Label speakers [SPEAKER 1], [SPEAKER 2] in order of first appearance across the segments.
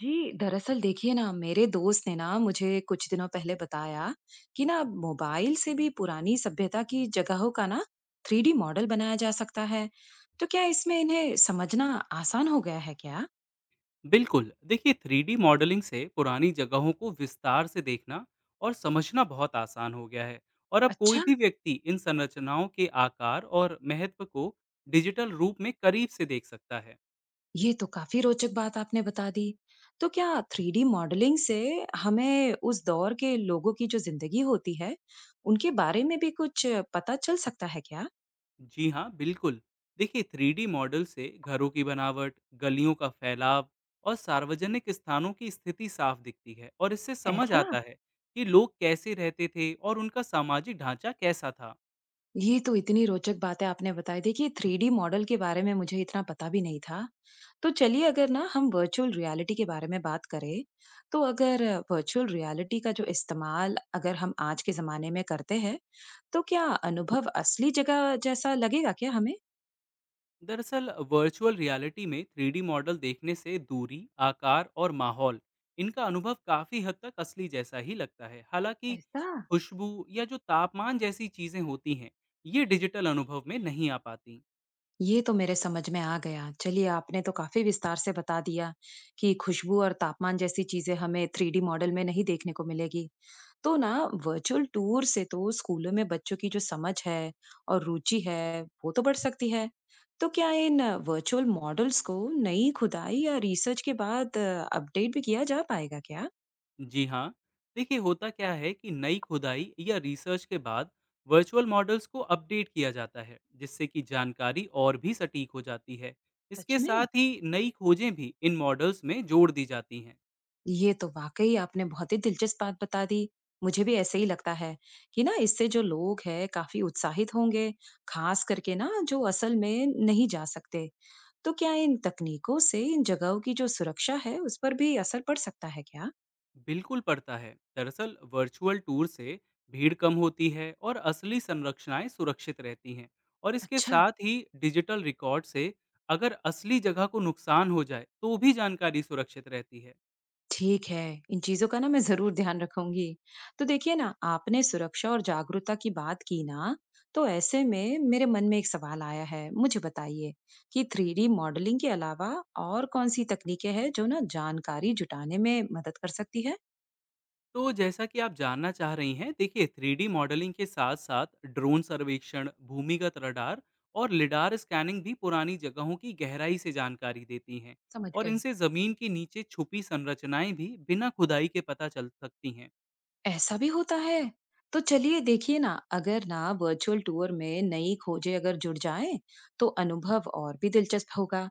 [SPEAKER 1] जी, दरअसल देखिए ना मेरे दोस्त ने ना मुझे कुछ दिनों पहले बताया कि ना अब मोबाइल से भी पुरानी सभ्यता की जगहों का ना थ्री डी मॉडल बनाया जा सकता है। तो क्या इसमें इन्हें समझना आसान हो गया है क्या?
[SPEAKER 2] बिल्कुल। देखिए, थ्री डी मॉडलिंग से पुरानी जगहों को विस्तार से देखना और समझना बहुत आसान हो गया है। और अब कोई
[SPEAKER 1] अच्छा।
[SPEAKER 2] भी व्यक्ति इन संरचनाओं के आकार और महत्व को डिजिटल रूप में करीब से देख सकता है।
[SPEAKER 1] ये तो काफी रोचक बात आपने बता दी। तो क्या थ्री डी मॉडलिंग से हमें उस दौर के लोगों की जो जिंदगी होती है, उनके बारे में भी कुछ पता चल सकता है क्या?
[SPEAKER 2] जी हाँ, बिल्कुल। देखिए, थ्री डी मॉडल से घरों की बनावट, गलियों का फैलाव और सार्वजनिक स्थानों की स्थिति साफ दिखती है। और इससे समझ
[SPEAKER 1] ऐसा।
[SPEAKER 2] आता है कि लोग कैसे रहते थे और उनका सामाजिक ढांचा कैसा था।
[SPEAKER 1] ये तो इतनी रोचक बातें आपने बताई। देखिए, 3D मॉडल के बारे में मुझे इतना पता भी नहीं था। तो चलिए अगर ना हम वर्चुअल रियलिटी के बारे में बात करें, तो अगर वर्चुअल रियलिटी का जो इस्तेमाल अगर हम आज के ज़माने में करते हैं, तो क्या अनुभव असली जगह जैसा लगेगा क्या हमें?
[SPEAKER 2] दरअसल वर्चुअल रियलिटी में थ्री डी मॉडल देखने से दूरी, आकार और माहौल, इनका अनुभव काफ़ी हद तक असली जैसा ही लगता है। हालांकि
[SPEAKER 1] ऐसा।
[SPEAKER 2] खुशबू या जो तापमान जैसी चीज़ें होती हैं, ये डिजिटल अनुभव में नहीं आ पाती।
[SPEAKER 1] ये तो मेरे समझ में आ गया। चलिए, आपने तो काफ़ी विस्तार से बता दिया कि खुशबू और तापमान जैसी चीज़ें हमें 3D मॉडल में नहीं देखने को मिलेगी। तो ना वर्चुअल टूर से तो स्कूलों में बच्चों की जो समझ है और रुचि है वो तो बढ़ सकती है। तो क्या इन वर्चुअल मॉडल्स को नई खुदाई या रिसर्च के बाद अपडेट भी किया जा पाएगा क्या?
[SPEAKER 2] जी हाँ, देखिए, होता क्या है कि नई खुदाई या रिसर्च के बाद वर्चुअल मॉडल्स को अपडेट किया जाता है, जिससे कि जानकारी और भी सटीक हो जाती है।
[SPEAKER 1] सच
[SPEAKER 2] इसके साथ
[SPEAKER 1] में।
[SPEAKER 2] ही नई खोजें भी इन मॉडल्स में जोड़ दी जाती हैं।
[SPEAKER 1] ये तो वाकई आपने बहुत ही दिलचस्प बात बता दी। मुझे भी ऐसे ही लगता है कि ना इससे जो लोग हैं काफी उत्साहित होंगे, खास करके ना जो असल में नहीं जा सकते। तो क्या इन तकनीकों से इन जगहों की जो सुरक्षा है उस पर भी असर पड़ सकता है क्या?
[SPEAKER 2] बिल्कुल पड़ता है। दरअसल वर्चुअल टूर से भीड़ कम होती है और असली संरचनाएं सुरक्षित रहती हैं। और इसके
[SPEAKER 1] अच्छा।
[SPEAKER 2] साथ ही डिजिटल रिकॉर्ड से, अगर असली जगह को नुकसान हो जाए, तो भी जानकारी सुरक्षित रहती है।
[SPEAKER 1] ठीक है। इन चीजों का ना मैं जरूर ध्यान रखूंगी। तो देखिए ना आपने सुरक्षा और जागरूकता की बात की ना, तो ऐसे में मेरे मन में एक सवाल आया है। मुझे बताइए कि थ्री डी मॉडलिंग के अलावा और कौन सी तकनीकें हैं जो ना जानकारी जुटाने में मदद कर सकती है?
[SPEAKER 2] तो जैसा कि आप जानना चाह रही हैं, देखिए, थ्री डी मॉडलिंग के साथ साथ ड्रोन सर्वेक्षण, भूमिगत रडार और लिडार स्कैनिंग भी पुरानी जगहों की गहराई से जानकारी देती हैं।
[SPEAKER 1] समझ
[SPEAKER 2] और
[SPEAKER 1] गई।
[SPEAKER 2] इनसे ज़मीन के नीचे छुपी संरचनाएं भी बिना खुदाई के पता चल सकती हैं।
[SPEAKER 1] ऐसा भी होता है? तो चलिए देखिए ना, अगर ना वर्चुअल टूर में नई खोजें अगर जुड़ जाएं, तो अनुभव और भी दिलचस्प होगा।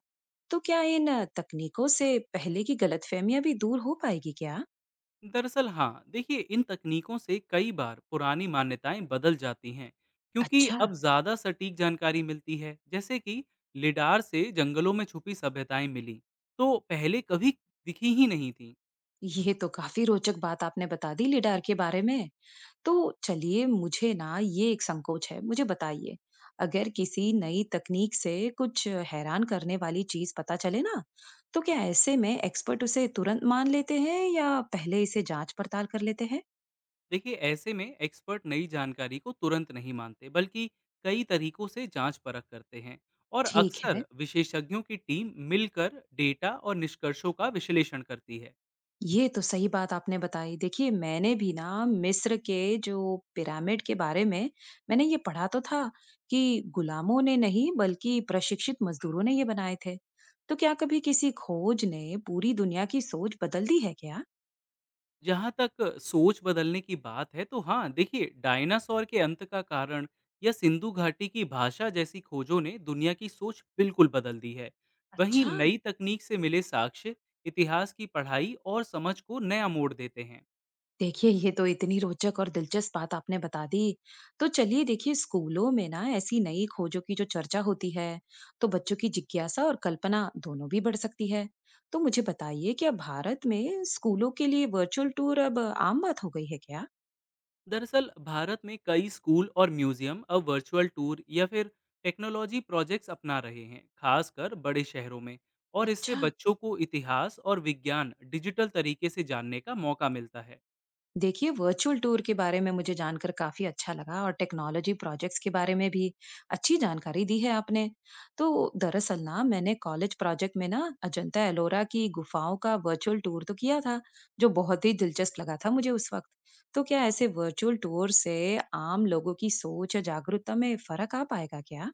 [SPEAKER 1] तो क्या इन तकनीकों से पहले की गलतफहमियां भी दूर हो पाएगी क्या?
[SPEAKER 2] दरअसल हाँ, देखिए, इन तकनीकों से कई बार पुरानी मान्यताएं बदल जाती हैं, क्योंकि
[SPEAKER 1] अच्छा।
[SPEAKER 2] अब ज़्यादा सटीक जानकारी मिलती है। जैसे कि लिडार से जंगलों में छुपी सभ्यताएं मिली, तो पहले कभी दिखी ही नहीं थी।
[SPEAKER 1] ये तो काफी रोचक बात आपने बता दी लिडार के बारे में। तो चलिए मुझे ना ये एक संकोच है, मुझे बताइए अगर किसी नई तकनीक से कुछ हैरान करने वाली चीज पता चले ना, तो क्या ऐसे में एक्सपर्ट उसे तुरंत मान लेते हैं या पहले इसे जांच पड़ताल कर लेते हैं?
[SPEAKER 2] देखिए, ऐसे में एक्सपर्ट नई जानकारी को तुरंत नहीं मानते, बल्कि कई तरीकों से जांच परख करते हैं। और
[SPEAKER 1] ठीक है।
[SPEAKER 2] अक्सर विशेषज्ञों की टीम मिलकर डेटा और निष्कर्षों का विश्लेषण करती है।
[SPEAKER 1] ये तो सही बात आपने बताई। देखिए मैंने भी ना मिस्र के जो पिरामिड के बारे में मैंने ये पढ़ा तो था कि गुलामों ने नहीं बल्कि प्रशिक्षित मजदूरों ने ये बनाए थे। तो क्या कभी किसी खोज ने पूरी दुनिया की सोच बदल दी है क्या?
[SPEAKER 2] जहाँ तक सोच बदलने की बात है, तो हाँ, देखिए, डायनासोर के अंत का कारण या सिंधु घाटी की भाषा जैसी खोजों ने दुनिया की सोच बिल्कुल बदल दी है। वहीं
[SPEAKER 1] अच्छा।
[SPEAKER 2] नई तकनीक से मिले साक्ष्य इतिहास की पढ़ाई और समझ को नया मोड़ देते हैं।
[SPEAKER 1] देखिए ये तो इतनी रोचक और दिलचस्प बात आपने बता दी। तो चलिए देखिए स्कूलों में ना ऐसी नई खोजों की जो चर्चा होती है, तो बच्चों की जिज्ञासा और कल्पना दोनों भी बढ़ सकती है। तो मुझे बताइए क्या भारत में स्कूलों के लिए वर्चुअल टूर अब आम बात हो गई है क्या?
[SPEAKER 2] दरअसल भारत में कई स्कूल और म्यूजियम अब वर्चुअल टूर या फिर टेक्नोलॉजी प्रोजेक्ट्स अपना रहे हैं, खासकर बड़े शहरों में। और इससे
[SPEAKER 1] अच्छा।
[SPEAKER 2] बच्चों को इतिहास और विज्ञान डिजिटल तरीके से जानने का मौका मिलता है।
[SPEAKER 1] देखिए वर्चुअल टूर के बारे में मुझे जानकर काफी अच्छा लगा और टेक्नोलॉजी प्रोजेक्ट्स के बारे में भी अच्छी जानकारी दी है आपने। तो दरअसल ना मैंने कॉलेज प्रोजेक्ट में ना अजंता एलोरा की गुफाओं का वर्चुअल टूर तो किया था, जो बहुत ही दिलचस्प लगा था मुझे उस वक्त। तो क्या ऐसे वर्चुअल टूर से आम लोगों की सोच या जागरूकता में फर्क आ पाएगा क्या?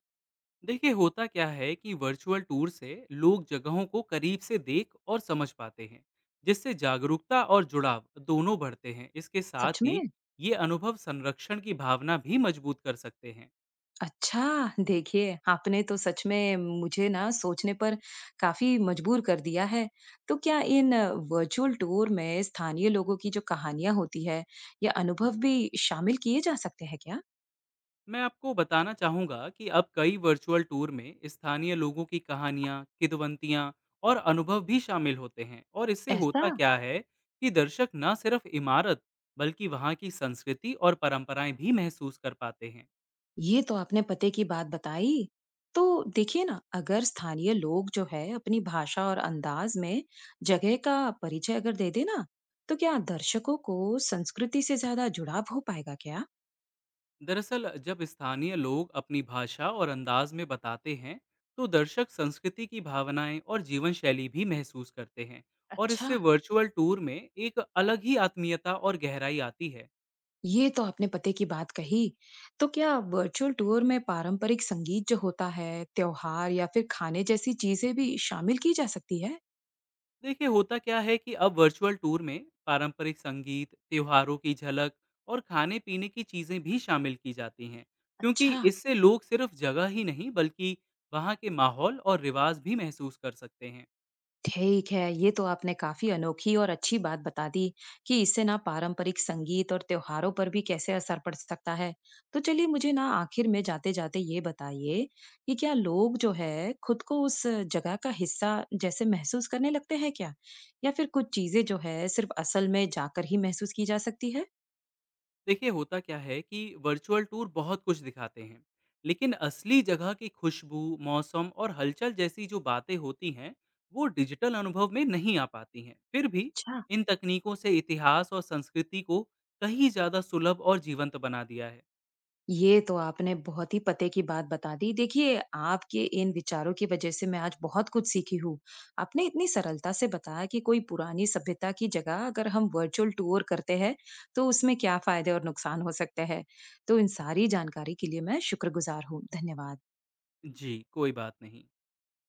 [SPEAKER 2] देखिए, होता क्या है कि वर्चुअल टूर से लोग जगहों को करीब से देख और समझ पाते हैं, जिससे जागरूकता और जुड़ाव दोनों बढ़ते हैं। इसके साथ
[SPEAKER 1] सच में।
[SPEAKER 2] ही ये अनुभव संरक्षण की भावना भी मजबूत कर सकते हैं।
[SPEAKER 1] अच्छा! देखिए, आपने तो सच में मुझे ना सोचने पर काफ़ी मजबूर कर दिया है। तो क्या इन वर्चुअल टूर में स्थानीय लोगों की जो कहानियाँ होती है या अनुभव भी शामिल किए जा सकते हैं क्या?
[SPEAKER 2] मैं आपको बताना चाहूँगा कि अब कई वर्चुअल टूर में स्थानीय लोगों की कहानियाँ, किदवंतियाँ और अनुभव भी शामिल होते हैं। और इससे
[SPEAKER 1] ऐसा?
[SPEAKER 2] होता क्या है कि दर्शक न सिर्फ इमारत, बल्कि वहाँ की संस्कृति और परंपराएं भी महसूस कर पाते हैं।
[SPEAKER 1] ये तो आपने पते की बात बताई। तो देखिए ना, अगर स्थानीय लोग जो है अपनी भाषा और अंदाज में जगह का परिचय अगर दे दें ना, तो क्या दर्शकों को संस्कृति से ज़्यादा जुड़ाव हो पाएगा क्या?
[SPEAKER 2] दरअसल जब स्थानीय लोग अपनी भाषा और अंदाज में बताते हैं, तो दर्शक संस्कृति की भावनाएं और जीवन शैली भी महसूस करते हैं। और
[SPEAKER 1] अच्छा।
[SPEAKER 2] इससे वर्चुअल टूर में एक अलग ही आत्मीयता और गहराई आती है।
[SPEAKER 1] ये तो आपने पते की बात कही। तो क्या वर्चुअल टूर में पारंपरिक संगीत जो होता है, त्योहार या फिर खाने जैसी चीजें भी शामिल की जा सकती है?
[SPEAKER 2] देखिए, होता क्या है कि अब वर्चुअल टूर में पारंपरिक संगीत, त्योहारों की झलक और खाने पीने की चीज़ें भी शामिल की जाती हैं, क्योंकि
[SPEAKER 1] अच्छा।
[SPEAKER 2] इससे लोग सिर्फ जगह ही नहीं, बल्कि वहाँ के माहौल और रिवाज भी महसूस कर सकते हैं।
[SPEAKER 1] ठीक है, ये तो आपने काफी अनोखी और अच्छी बात बता दी कि इससे ना पारंपरिक संगीत और त्योहारों पर भी कैसे असर पड़ सकता है। तो चलिए मुझे ना आखिर में जाते-जाते ये बताइए कि क्या लोग जो है खुद को उस जगह का हिस्सा जैसे महसूस करने लगते हैं क्या? या फिर कुछ चीजें जो है सिर्फ असल में जाकर ही महसूस की जा सकती है?
[SPEAKER 2] देखिए, होता क्या है कि वर्चुअल टूर बहुत कुछ दिखाते हैं, लेकिन असली जगह की खुशबू, मौसम और हलचल जैसी जो बातें होती हैं, वो डिजिटल अनुभव में नहीं आ पाती हैं। फिर भी
[SPEAKER 1] अच्छा।
[SPEAKER 2] इन तकनीकों से इतिहास और संस्कृति को कहीं ज़्यादा सुलभ और जीवंत बना दिया है।
[SPEAKER 1] ये तो आपने बहुत ही पते की बात बता दी। देखिए, आपके इन विचारों की वज़ह से मैं आज बहुत कुछ सीखी हूँ। आपने इतनी सरलता से बताया कि कोई पुरानी सभ्यता की जगह अगर हम वर्चुअल टूर करते हैं, तो उसमें क्या फ़ायदे और नुकसान हो सकते हैं। तो इन सारी जानकारी के लिए मैं शुक्रगुज़ार हूँ। धन्यवाद।
[SPEAKER 2] जी, कोई बात नहीं।